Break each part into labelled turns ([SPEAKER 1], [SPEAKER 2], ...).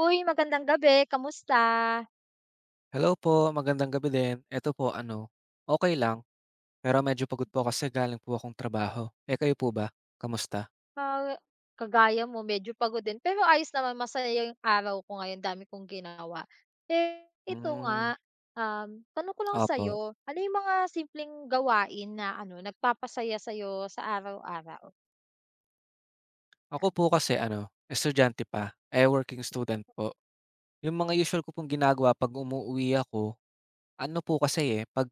[SPEAKER 1] Uy, magandang gabi, kamusta?
[SPEAKER 2] Hello po, magandang gabi din. Eto po ano, okay lang, pero medyo pagod po kasi galing po akong trabaho. Eh, kayo po ba, kamusta?
[SPEAKER 1] Ah, kagaya mo medyo pagod din, pero ayos naman masaya yung araw ko ngayon dami kong ginawa. Eh, ito nga,
[SPEAKER 2] Hmm,
[SPEAKER 1] tanong ko lang
[SPEAKER 2] opo.
[SPEAKER 1] sa'yo, ano yung mga simpleng gawain na ano, nagpapasaya sa'yo sa araw-araw
[SPEAKER 2] Ako
[SPEAKER 1] na
[SPEAKER 2] po kasi ano, estudyante pa, eh, working student po. Yung mga usual ko pong ginagawa 'pag umuuwi ako, ano po kasi, eh, 'pag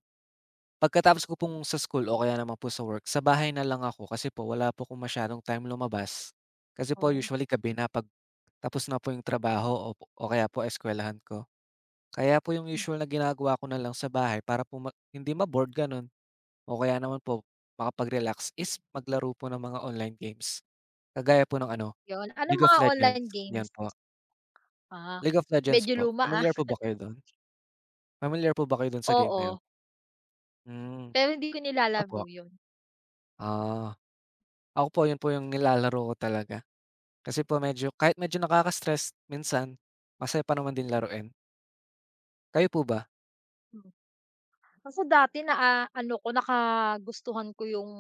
[SPEAKER 2] pagkatapos ko pong sa school o kaya naman po sa work, sa bahay na lang ako kasi po wala po akong masyadong time lumabas. Kasi po
[SPEAKER 1] oh,
[SPEAKER 2] usually gabi na 'pag tapos na po yung trabaho o kaya po eskuwelahan ko. Kaya po yung usual na ginagawa ko na lang sa bahay para po hindi ma-bored gano'n o kaya naman po makapag-relax is maglaro po ng mga online games. Kagaya po ng ano,
[SPEAKER 1] yun, anong
[SPEAKER 2] League of
[SPEAKER 1] mga
[SPEAKER 2] Legends,
[SPEAKER 1] online games?
[SPEAKER 2] 'yan po.
[SPEAKER 1] Ah,
[SPEAKER 2] League of Legends
[SPEAKER 1] medyo
[SPEAKER 2] po,
[SPEAKER 1] luma, ah.
[SPEAKER 2] familiar po ba kayo do'n? Familiar po ba kayo do'n sa game na
[SPEAKER 1] Oo,
[SPEAKER 2] 'yun? Hmm,
[SPEAKER 1] pero hindi ko nilalaro
[SPEAKER 2] opo.
[SPEAKER 1] yun.
[SPEAKER 2] Ah, ako po 'yun po yung nilalaro ko talaga. Kasi po medyo kahit medyo nakaka-stress minsan, masaya pa naman din laruin. Kayo po ba?
[SPEAKER 1] Kasi dati ano ko, nakagustuhan ko yung,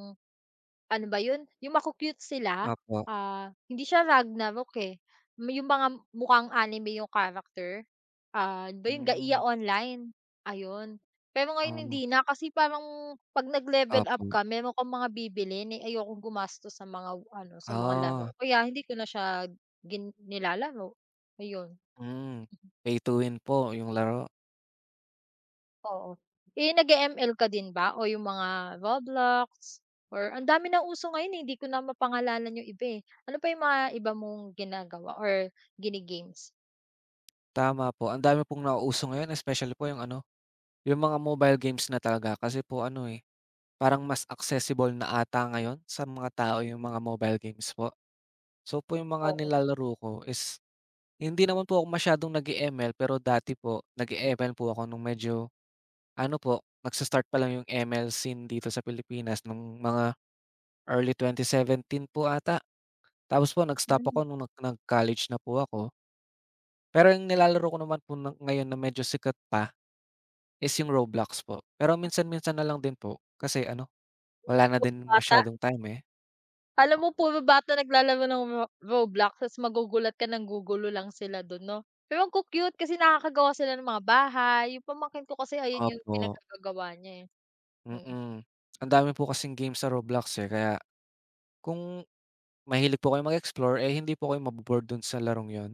[SPEAKER 1] ano ba yun, yung maku-cute sila,
[SPEAKER 2] Opo.
[SPEAKER 1] ah, hindi siya Ragnarok, eh. Yung mga mukhang anime yung character, ah, di ba yung Gaia
[SPEAKER 2] Hmm,
[SPEAKER 1] Online, ayun. Pero ngayon
[SPEAKER 2] oh,
[SPEAKER 1] hindi na kasi parang 'pag nag-level up
[SPEAKER 2] opo.
[SPEAKER 1] ka meron kang mga bibilhin, eh, ayokong gumastos sa mga ano, sa mga
[SPEAKER 2] Ah.
[SPEAKER 1] laro. Kaya hindi ko na siya nilalaro, ayun.
[SPEAKER 2] Hmm, pay to win po yung laro.
[SPEAKER 1] Oo. Eh, nag-e-ML ka din ba o yung mga Roblox or ang dami ng uso ngayon, eh, hindi ko na mapangalanan yung iba, eh. Ano pa yung mga iba mong ginagawa or gini-games?
[SPEAKER 2] Tama po, ang dami pong nauuso ngayon especially po yung ano, yung mga mobile games na talaga kasi po ano, eh, parang mas accessible na ata ngayon sa mga tao yung mga mobile games po. So po yung mga
[SPEAKER 1] Oo.
[SPEAKER 2] nilalaro ko is hindi naman po ako masyadong nag-e-ML pero dati po nag-e-ML po ako nung medyo ano po, nagsa-start pa lang yung ML scene dito sa Pilipinas nung mga early 2017 po ata. Tapos po nag-stop
[SPEAKER 1] Hmm.
[SPEAKER 2] ako nung nag-college na po ako. Pero yung nilalaro ko naman po ngayon na medyo sikat pa is yung Roblox po. Pero minsan-minsan na lang din po kasi ano, wala na
[SPEAKER 1] Puro
[SPEAKER 2] din
[SPEAKER 1] bata.
[SPEAKER 2] masyadong time, eh.
[SPEAKER 1] Alam mo puro bata naglalaro ng Roblox ta's magugulat ka ng gugulo lang sila dun 'no? Pero ang cu-cute kasi nakakagawa sila ng mga bahay, yung pamangkin ko kasi ayun yung
[SPEAKER 2] Opo,
[SPEAKER 1] pinagkakagawa niya, eh.
[SPEAKER 2] mm. Ang dami po kasing games sa Roblox, eh, kaya kung mahilig po kayo mag-explore, eh, hindi po kayo mabo dun sa larong yon.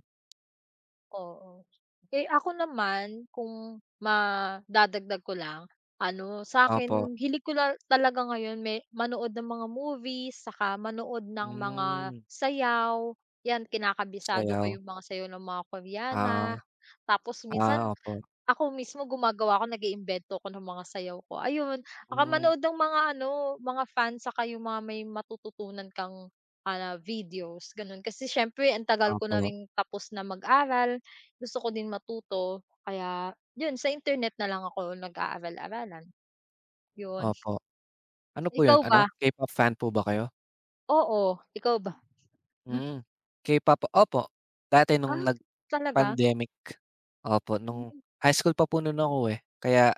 [SPEAKER 1] Oo. Eh, ako naman kung madadagdag ko lang, ano
[SPEAKER 2] Opo,
[SPEAKER 1] sa'kin hilig ko talaga ngayon may manood ng mga movies, saka manood ng mga
[SPEAKER 2] hmm,
[SPEAKER 1] sayaw, 'yan kinakabisado ko
[SPEAKER 2] sayaw.
[SPEAKER 1] yung mga sayaw ng mga Koreana.
[SPEAKER 2] Ah,
[SPEAKER 1] Tapos minsan
[SPEAKER 2] ah, opo,
[SPEAKER 1] ako mismo gumagawa ako, nag-iimbento ako ng mga sayaw ko, ayun. Saka
[SPEAKER 2] hmm,
[SPEAKER 1] manood ng mga ano, mga fans saka yung mga may matututunan kang, ah, videos gano'n. Kasi siyempre ang tagal ko na
[SPEAKER 2] opo,
[SPEAKER 1] ring tapos na mag-aral. Gusto ko din matuto kaya yun sa internet na lang ako nag-aaral-aralan, yun.
[SPEAKER 2] opo. Ano po
[SPEAKER 1] Ikaw
[SPEAKER 2] yun,
[SPEAKER 1] ba?
[SPEAKER 2] ano, K-pop fan po ba kayo?
[SPEAKER 1] Oo, ikaw ba?
[SPEAKER 2] Hmm, K-pop opo, dati nung
[SPEAKER 1] Ah, talaga?
[SPEAKER 2] pandemic. Opo, nung high school pa po nun ako, eh, kaya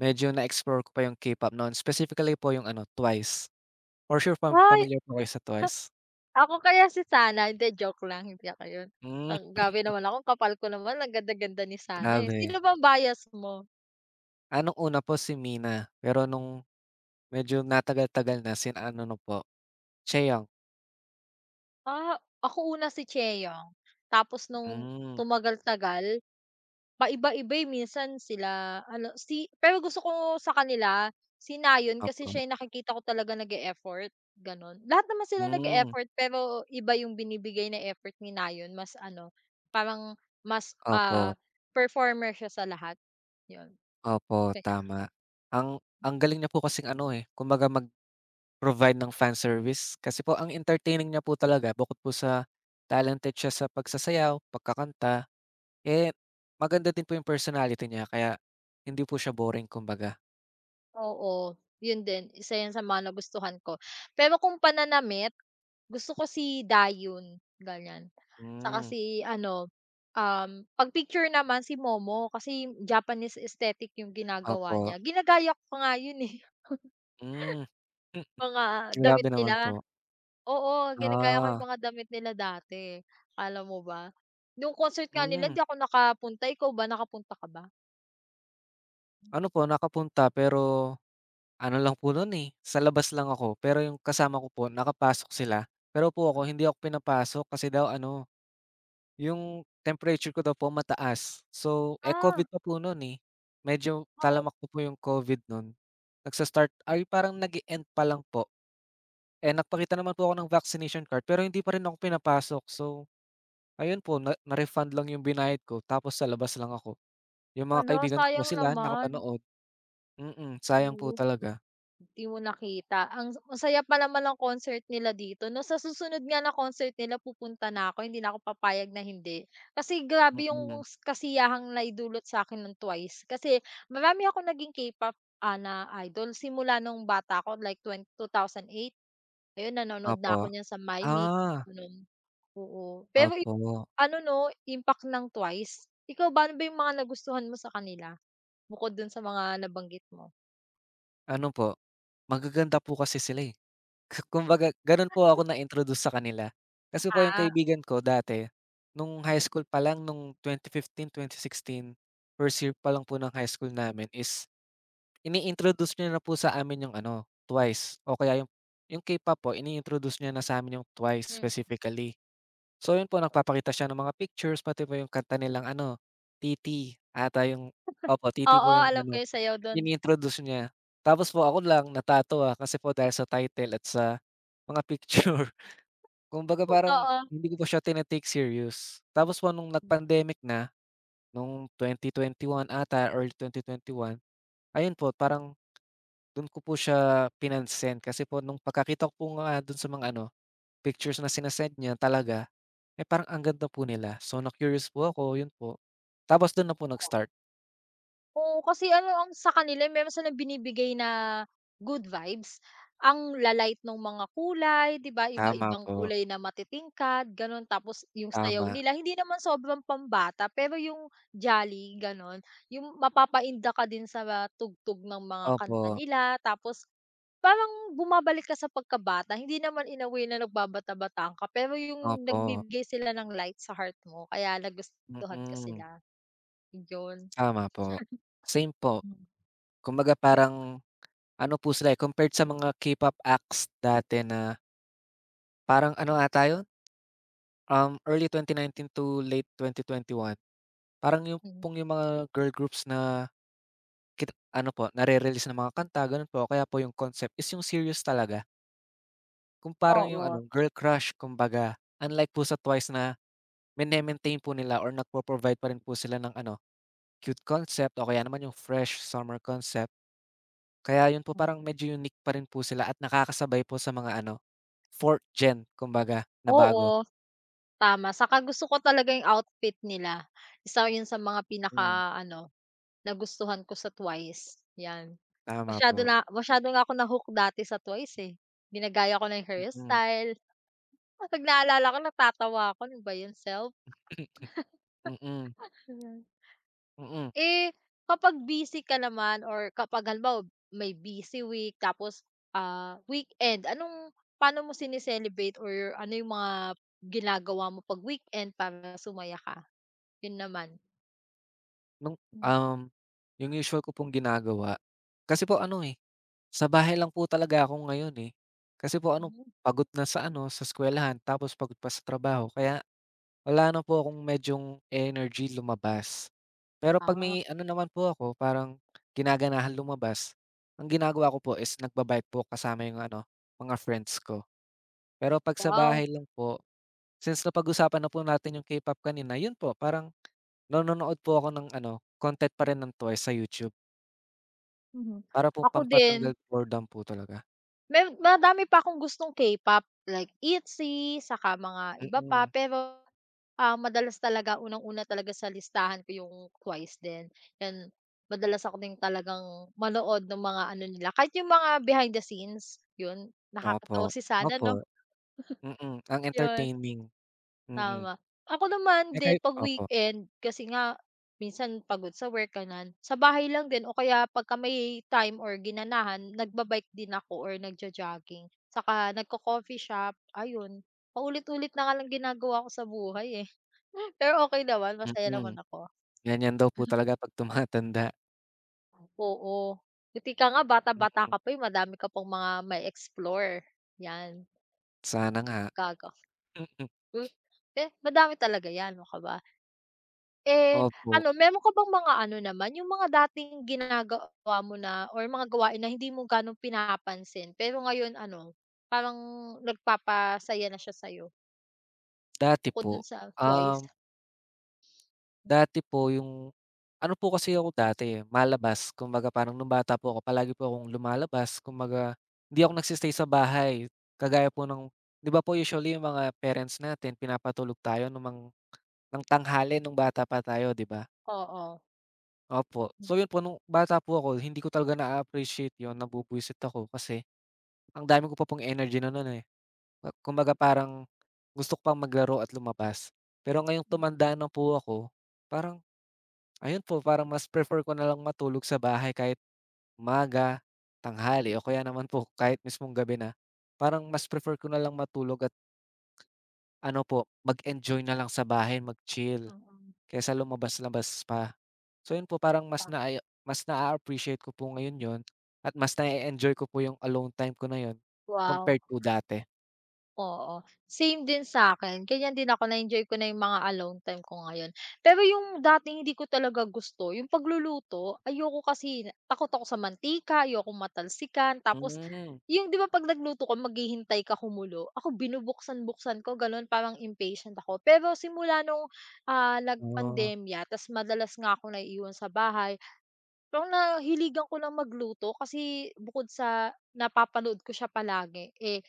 [SPEAKER 2] medyo na-explore ko pa yung K-pop noon, specifically po yung ano, TWICE. For sure
[SPEAKER 1] Ay,
[SPEAKER 2] familiar po kayo sa TWICE?
[SPEAKER 1] ako kaya si Sana, hindi joke lang, hindi ako yun.
[SPEAKER 2] Hmm,
[SPEAKER 1] Ang grabe naman ako, kapal ko naman ang ganda-ganda ni Sana, eh.
[SPEAKER 2] grabe.
[SPEAKER 1] Sino bang bias mo?
[SPEAKER 2] Ah, nung una po si Mina, pero nung medyo natagal-tagal na ano na po, Chaeyoung.
[SPEAKER 1] Ah, ako una si Chaeyoung. Tapos nung
[SPEAKER 2] Hmm,
[SPEAKER 1] tumagal-tagal, paiba-iba, eh, minsan sila ano, pero gusto ko sa kanila si Nayon kasi
[SPEAKER 2] opo.
[SPEAKER 1] siya yung nakikita ko talaga nag-e-effort, gano'n. Lahat naman sila
[SPEAKER 2] Hmm,
[SPEAKER 1] nag-e-effort pero iba yung binibigay na effort ni Nayon mas ano, parang mas,
[SPEAKER 2] opo,
[SPEAKER 1] ah, performer siya sa lahat, 'yun.
[SPEAKER 2] opo, tama. Ang ang galing niya po kasing ano, eh, kumbaga provide ng fan service kasi po ang entertaining niya po talaga bukod po sa talented siya sa pagsasayaw, pagkakanta, eh, maganda din po yung personality niya kaya hindi po siya boring kumbaga.
[SPEAKER 1] Oo, yun din isa yan sa mga nagustuhan ko. Pero kung pananamit, gusto ko si Dayun, ganyan. Saka
[SPEAKER 2] Hmm,
[SPEAKER 1] si ano, 'pag picture naman si Momo kasi Japanese aesthetic yung
[SPEAKER 2] opo.
[SPEAKER 1] ginagawa niya. Ginagaya ko pa nga yun, eh,
[SPEAKER 2] Hmm, hmm,
[SPEAKER 1] mga damit
[SPEAKER 2] grabe naman
[SPEAKER 1] nila.
[SPEAKER 2] po.
[SPEAKER 1] Oo, ginagaya ko yung
[SPEAKER 2] Ah,
[SPEAKER 1] mga damit nila dati, akala mo ba? Nung concert nga nila
[SPEAKER 2] hmm.
[SPEAKER 1] hindi ako nakapunta, ikaw ba, nakapunta ka ba?
[SPEAKER 2] Ano po nakapunta pero ano lang po nun, eh, sa labas lang ako pero yung kasama ko po nakapasok sila pero po ako hindi ako pinapasok kasi daw ano. Yung temperature ko daw po mataas. So, eh,
[SPEAKER 1] Ah,
[SPEAKER 2] Covid pa po nun, eh. Medyo
[SPEAKER 1] oo,
[SPEAKER 2] talamak na po yung Covid nun. Nagsa-start ay parang nag-e-end pa lang po. Eh, nagpakita naman po ako ng vaccination card pero hindi pa rin ako pinapasok. So, ayun po na-refund lang yung binayad ko tapos sa labas lang ako. Yung mga
[SPEAKER 1] hala
[SPEAKER 2] kaibigan ko po
[SPEAKER 1] sayang
[SPEAKER 2] sila
[SPEAKER 1] naman.
[SPEAKER 2] nakapanood. Sayang po
[SPEAKER 1] Oo.
[SPEAKER 2] talaga.
[SPEAKER 1] Di mo nakita. Ang saya pa naman ng concert nila dito 'no, sa susunod nga na concert nila pupunta na ako, hindi na ako papayag na hindi. Kasi grabe yung
[SPEAKER 2] Mm,
[SPEAKER 1] kasiyahang naidulot sa akin ng Twice. Kasi marami ako naging K-pop, ah, na idol simula nung bata ko like 2008. Ayun, nanonood
[SPEAKER 2] opo.
[SPEAKER 1] na ako niyan sa MyMix,
[SPEAKER 2] Ah,
[SPEAKER 1] ganun. Oo, pero
[SPEAKER 2] opo.
[SPEAKER 1] yung ano 'no, impact ng Twice. Ikaw ba, ano ba yung mga nagustuhan mo sa kanila? Bukod dun sa mga nabanggit mo.
[SPEAKER 2] Ano po, magaganda po kasi sila, eh. Kumbaga gano'n po ako na-introduce sa kanila. Kasi po yung
[SPEAKER 1] Ah,
[SPEAKER 2] kaibigan ko dati, nung high school pa lang nung 2015, 2016, first year pa lang po ng high school namin is ini-introduce niya na po sa amin yung ano, TWICE o kaya yung K-pop po ini-introduce niya na sa'min yung TWICE
[SPEAKER 1] mm.
[SPEAKER 2] specifically. So yun po nagpapakita siya ng mga pictures pati po yung kanta nilang ano, TT ata yung opo, TT
[SPEAKER 1] Oo,
[SPEAKER 2] po yung
[SPEAKER 1] alam ko
[SPEAKER 2] ano
[SPEAKER 1] yung sayaw dun,
[SPEAKER 2] inintroduce niya. Tapos po ako lang natatawa kasi po dahil sa title at sa mga picture. Kumbaga parang
[SPEAKER 1] oo.
[SPEAKER 2] hindi ko po siya tine serious. Tapos po nung nag-pandemic na, nung 2021 ata or 2021, ayun po parang dun ko po siya pinansin kasi po nung pagkakita ko po nga dun sa mga ano, pictures na sinasend niya talaga, eh, parang ang ganda po nila. So na-curious po ako, yun po. Tapos dun na po nag-start.
[SPEAKER 1] Oo, kasi ano ang sa kanila meron silang binibigay na good vibes. Ang la-light nung mga kulay, 'di ba,
[SPEAKER 2] Tama
[SPEAKER 1] iba-ibang
[SPEAKER 2] po,
[SPEAKER 1] kulay na matitingkad, gano'n. Tapos yung sayaw
[SPEAKER 2] tama.
[SPEAKER 1] nila hindi naman sobrang pambata, pero yung jolly, gano'n. Yung mapapainda ka din sa tugtog ng mga kanta
[SPEAKER 2] Opo,
[SPEAKER 1] nila. Tapos parang bumabalik ka sa pagkabata. Hindi naman in a way na nagbabata-bataan ka, pero yung
[SPEAKER 2] opo,
[SPEAKER 1] nagbibigay sila ng light sa heart mo kaya nagustuhan ko
[SPEAKER 2] mm.
[SPEAKER 1] sila, yun.
[SPEAKER 2] Tama po, same po.
[SPEAKER 1] Hmm.
[SPEAKER 2] Kumbaga parang ano po sila, eh, compared sa mga K-pop acts dati na parang ano ata yun, early 2019 to late 2021. Parang
[SPEAKER 1] Mm.
[SPEAKER 2] yung mga girl groups na ano po, nare-release ng mga kanta ganun po, kaya po yung concept is yung serious talaga. Kung parang yung
[SPEAKER 1] Oo,
[SPEAKER 2] ano, girl crush kumbaga. Unlike po sa TWICE na mine-maintain po nila or nagpo-provide pa rin po sila ng ano, cute concept o kaya naman yung fresh summer concept. Kaya yun po parang medyo unique pa rin po sila at nakakasabay po sa mga ano, fourth gen kumbaga na bago.
[SPEAKER 1] oo, tama saka gusto ko talaga yung outfit nila. Isa yun sa mga
[SPEAKER 2] Hmm,
[SPEAKER 1] pinaka-ano, nagustuhan ko sa Twice, yan.
[SPEAKER 2] tama
[SPEAKER 1] Masyado
[SPEAKER 2] po.
[SPEAKER 1] na masyado nga ako na-hook dati sa Twice, eh. Ginagaya ko na yung
[SPEAKER 2] Mm.
[SPEAKER 1] hairstyle, 'pag naalala ko natatawa ako, "Ano ba yun self?"
[SPEAKER 2] Mm, mm.
[SPEAKER 1] Eh, kapag busy ka naman or kapag halimbawa may busy week tapos, ah, weekend, anong paano mo sine-celebrate or ano yung mga ginagawa mo 'pag weekend para sumaya ka? Yun naman.
[SPEAKER 2] Nung,
[SPEAKER 1] Mhm.
[SPEAKER 2] um, yung usual ko pong ginagawa, kasi po ano, eh, sa bahay lang po talaga ako ngayon, eh. Kasi po ano,
[SPEAKER 1] Hmm.
[SPEAKER 2] pagod na sa ano, sa eskuwelahan tapos pagod pa sa trabaho kaya wala na po akong medyong energy lumabas. Pero 'pag
[SPEAKER 1] Ah,
[SPEAKER 2] may ano naman po ako, parang ginaganahan lumabas, ang ginagawa ko po is nagba-bike po kasama yung ano, mga friends ko. Pero 'pag sa
[SPEAKER 1] wow.
[SPEAKER 2] bahay lang po, since napag-usapan na po natin yung K-pop kanina, yun po parang nanonood po ako ng ano, content pa rin ng TWICE sa YouTube
[SPEAKER 1] Mhm.
[SPEAKER 2] para po
[SPEAKER 1] Ako din.
[SPEAKER 2] pampatanggal boredom po talaga.
[SPEAKER 1] May madami pa akong gustong K-pop like ITZY saka mga iba pa
[SPEAKER 2] Mm,
[SPEAKER 1] pero, ah, madalas talaga unang-una talaga sa listahan ko yung TWICE din, yan madalas ako din talagang manood ng mga ano nila kahit yung mga behind the scenes, yun
[SPEAKER 2] opo,
[SPEAKER 1] nakakatawa si Sana
[SPEAKER 2] opo,
[SPEAKER 1] 'no,
[SPEAKER 2] mm, ang
[SPEAKER 1] yun.
[SPEAKER 2] entertaining, mm.
[SPEAKER 1] Tama. Ako naman
[SPEAKER 2] Eh,
[SPEAKER 1] din
[SPEAKER 2] kayo
[SPEAKER 1] 'pag
[SPEAKER 2] opo,
[SPEAKER 1] weekend kasi nga minsan pagod sa work, ganun. Sa bahay lang din o kaya pagka may time or ginanahan nagba-bike din ako or nagjo-jogging, saka coffee shop, ayun. Paulit-ulit na nga lang ginagawa ko sa buhay, eh. Pero okay naman, masaya
[SPEAKER 2] mm.
[SPEAKER 1] naman ako.
[SPEAKER 2] Ganyan daw po talaga 'pag tumatanda.
[SPEAKER 1] Oo, buti ka nga
[SPEAKER 2] Mm,
[SPEAKER 1] bata-bata ka pa, eh, madami ka pang mga may explore 'yan.
[SPEAKER 2] sana nga.
[SPEAKER 1] Gaga
[SPEAKER 2] Mm,
[SPEAKER 1] eh, madami talaga 'yan, ano ka ba. Eh,
[SPEAKER 2] opo.
[SPEAKER 1] ano, meron ka bang mga ano naman, yung mga dating ginagawa mo na or mga gawain na hindi mo gano'n pinapansin pero ngayon ano, parang nagpapasaya na siya sa'yo
[SPEAKER 2] Dati
[SPEAKER 1] bukod
[SPEAKER 2] po,
[SPEAKER 1] dun sa
[SPEAKER 2] um,
[SPEAKER 1] Twice?
[SPEAKER 2] dati po, yung ano po kasi ako dati, eh, malabas. Kumbaga parang nung bata po ako palagi po akong lumalabas. Kumbaga hindi ako nagsi-stay sa bahay. Kagaya po ng 'di ba po usually yung mga parents natin pinapatulog tayo ng ng tanghali nung bata pa tayo, 'di ba?
[SPEAKER 1] Oo.
[SPEAKER 2] Opo.
[SPEAKER 1] Mm,
[SPEAKER 2] So yun po nung bata po ako hindi ko talaga na-a-appreciate yun, nabubuwisit ako kasi ang dami ko pa pong energy na nun, eh. Kumbaga parang gusto ko pang maglaro at lumabas. Pero ngayong tumanda na po ako, parang ayun po, parang mas prefer ko na lang matulog sa bahay kahit umaga, tanghali o kaya naman po kahit mismong gabi na. Parang mas prefer ko na lang matulog at ano po, mag-enjoy na lang sa bahay, mag-chill
[SPEAKER 1] mm.
[SPEAKER 2] kaysa lumabas-labas pa. So yun po, parang
[SPEAKER 1] Pa
[SPEAKER 2] mas na appreciate ko po ngayon yon at mas na enjoy ko po yung alone time ko na yun
[SPEAKER 1] wow.
[SPEAKER 2] compared to dati.
[SPEAKER 1] Oo, same din sa'kin, ganiyan din ako na-enjoy ko na yung mga alone time ko ngayon. Pero yung dating hindi ko talaga gusto yung pagluluto, ayoko kasi takot ako sa mantika, ayoko matalsikan tapos
[SPEAKER 2] Hmm,
[SPEAKER 1] yung 'di ba 'pag nagluto ka maghihintay ka kumulo, ako binubuksan-buksan ko gano'n parang impatient ako. Pero simula nung, ah,
[SPEAKER 2] oo,
[SPEAKER 1] nagpandemya ta's madalas nga ako naiiwan sa bahay, parang nahiligan ko ng magluto kasi bukod sa napapanood ko siya palagi, eh,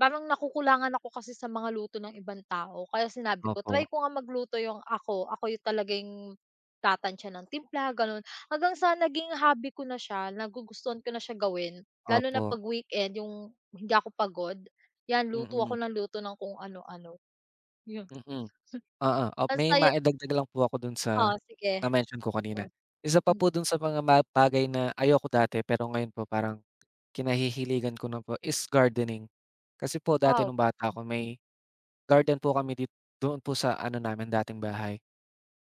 [SPEAKER 1] parang nakukulangan ako kasi sa mga luto ng ibang tao kaya sinabi ko,
[SPEAKER 2] opo.
[SPEAKER 1] "Try ko nga magluto yung ako, ako yung talagang yung tatantya ng timpla," gano'n. Hanggang sa naging hobby ko na siya, nagugustuhan ko na siya gawin, lalo na
[SPEAKER 2] Opo,
[SPEAKER 1] 'pag weekend yung hindi ako pagod, 'yan luto
[SPEAKER 2] mm,
[SPEAKER 1] ako ng luto ng kung ano-ano, yun.
[SPEAKER 2] mm. Oo,
[SPEAKER 1] Ang
[SPEAKER 2] may
[SPEAKER 1] saya
[SPEAKER 2] maidagdag lang po ako dun
[SPEAKER 1] oo,
[SPEAKER 2] sa
[SPEAKER 1] sige.
[SPEAKER 2] na-mention ko kanina.
[SPEAKER 1] Yun.
[SPEAKER 2] Isa pa
[SPEAKER 1] Mm.
[SPEAKER 2] po dun sa mga bagay na ayoko dati pero ngayon po parang kinahihiligan ko na po is gardening. Kasi po dati
[SPEAKER 1] Wow,
[SPEAKER 2] nung bata ako may garden po kami doon po sa ano namin dating bahay.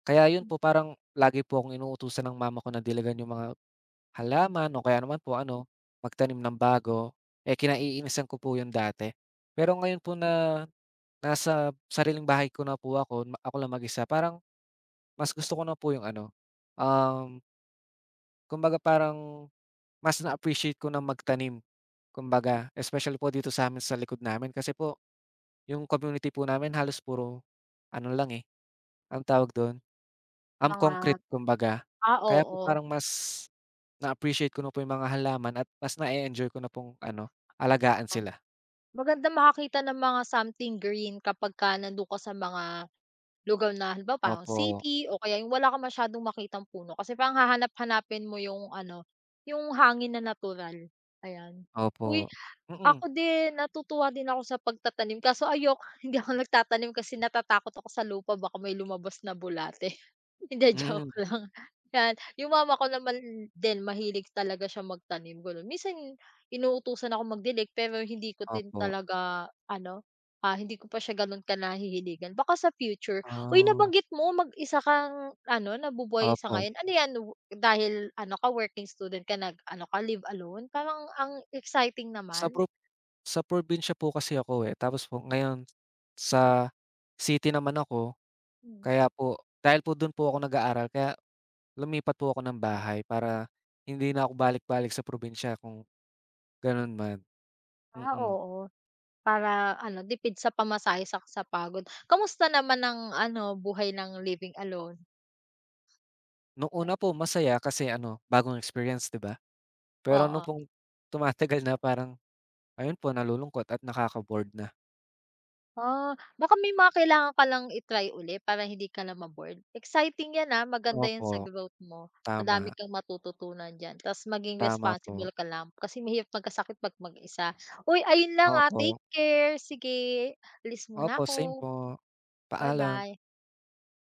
[SPEAKER 2] Kaya yun
[SPEAKER 1] Hmm.
[SPEAKER 2] po parang lagi po akong inuutusan ng mama ko na dalagan yung mga halaman o kaya naman po ano, magtanim ng bago. Eh, kinaiinisan ko po yun dati. Pero ngayon po na nasa sariling bahay ko na po ako, ako lang mag-isa. Parang mas gusto ko na po yung ano, um, kumbaga parang mas na-appreciate ko na magtanim, kumbaga. Especially po dito sa amin sa likod namin kasi po yung community po namin halos puro ano lang, eh, ang tawag dun, concrete
[SPEAKER 1] Mga
[SPEAKER 2] kumbaga.
[SPEAKER 1] ah,
[SPEAKER 2] Kaya po
[SPEAKER 1] oo.
[SPEAKER 2] parang mas na-appreciate ko na po yung mga halaman at mas na enjoy ko na pong ano, alagaan sila.
[SPEAKER 1] Maganda makakita ng mga something green kapagka nandun ka sa mga lugar na halimbawa parang
[SPEAKER 2] Opo,
[SPEAKER 1] city o kaya yung wala ka masyadong makitang puno kasi parang hahanap-hanapin mo yung ano, yung hangin na natural, ayan. Uy
[SPEAKER 2] opo. Mm,
[SPEAKER 1] ako din, natutuwa din ako sa pagtatanim kaso ayoko hindi ako nagtatanim kasi natatakot ako sa lupa baka may lumabas na bulate. Hindi, joke
[SPEAKER 2] mm,
[SPEAKER 1] lang. 'Yan, yung mama ko naman din mahilig talaga siya magtanim, gano'n. Minsan inuutusan ako magdilig pero hindi ko din
[SPEAKER 2] opo.
[SPEAKER 1] talaga ano, ah, hindi ko pa siya gano'n kanahihiligan. Baka sa future. Uy,
[SPEAKER 2] Ah,
[SPEAKER 1] nabanggit mo mag-isa kang ano, nabubuhay sa
[SPEAKER 2] opo.
[SPEAKER 1] ngayon. Ano 'yan, dahil ano ka, working student ka, nag-ano ka, live alone? Parang ang exciting
[SPEAKER 2] Sa
[SPEAKER 1] naman.
[SPEAKER 2] Sa probinsya po kasi ako, eh, tapos po ngayon sa city naman ako.
[SPEAKER 1] Hmm.
[SPEAKER 2] Kaya po dahil po do'n po ako nag-aaral kaya lumipat po ako ng bahay para hindi na ako balik-balik sa probinsya kung gano'n man,
[SPEAKER 1] Ah,
[SPEAKER 2] mm.
[SPEAKER 1] oo. Para ano, tipid sa pamasahe saka sa pagod. Kamusta naman ang ano, buhay ng living alone?
[SPEAKER 2] No'ng una po masaya kasi ano, bagong experience, 'di ba? Pero no'n
[SPEAKER 1] Oo.
[SPEAKER 2] pong tumatagal na parang ayun po nalulungkot at nakaka-bored na.
[SPEAKER 1] Ah, baka may mga kailangan ka lang i-try uli para hindi ka na ma-bored. Exciting 'yan, ah, maganda 'yan
[SPEAKER 2] Opo,
[SPEAKER 1] sa growth mo.
[SPEAKER 2] tama,
[SPEAKER 1] Madami kang matututunan diyan ta's maging
[SPEAKER 2] tama po.
[SPEAKER 1] responsible ka lang kasi mahirap magkasakit 'pag mag-isa. Uy, ayun lang, ah,
[SPEAKER 2] Opo,
[SPEAKER 1] take care. Sige, alis muna
[SPEAKER 2] opo, same
[SPEAKER 1] ako.
[SPEAKER 2] po. Paalam.
[SPEAKER 1] Bye-bye.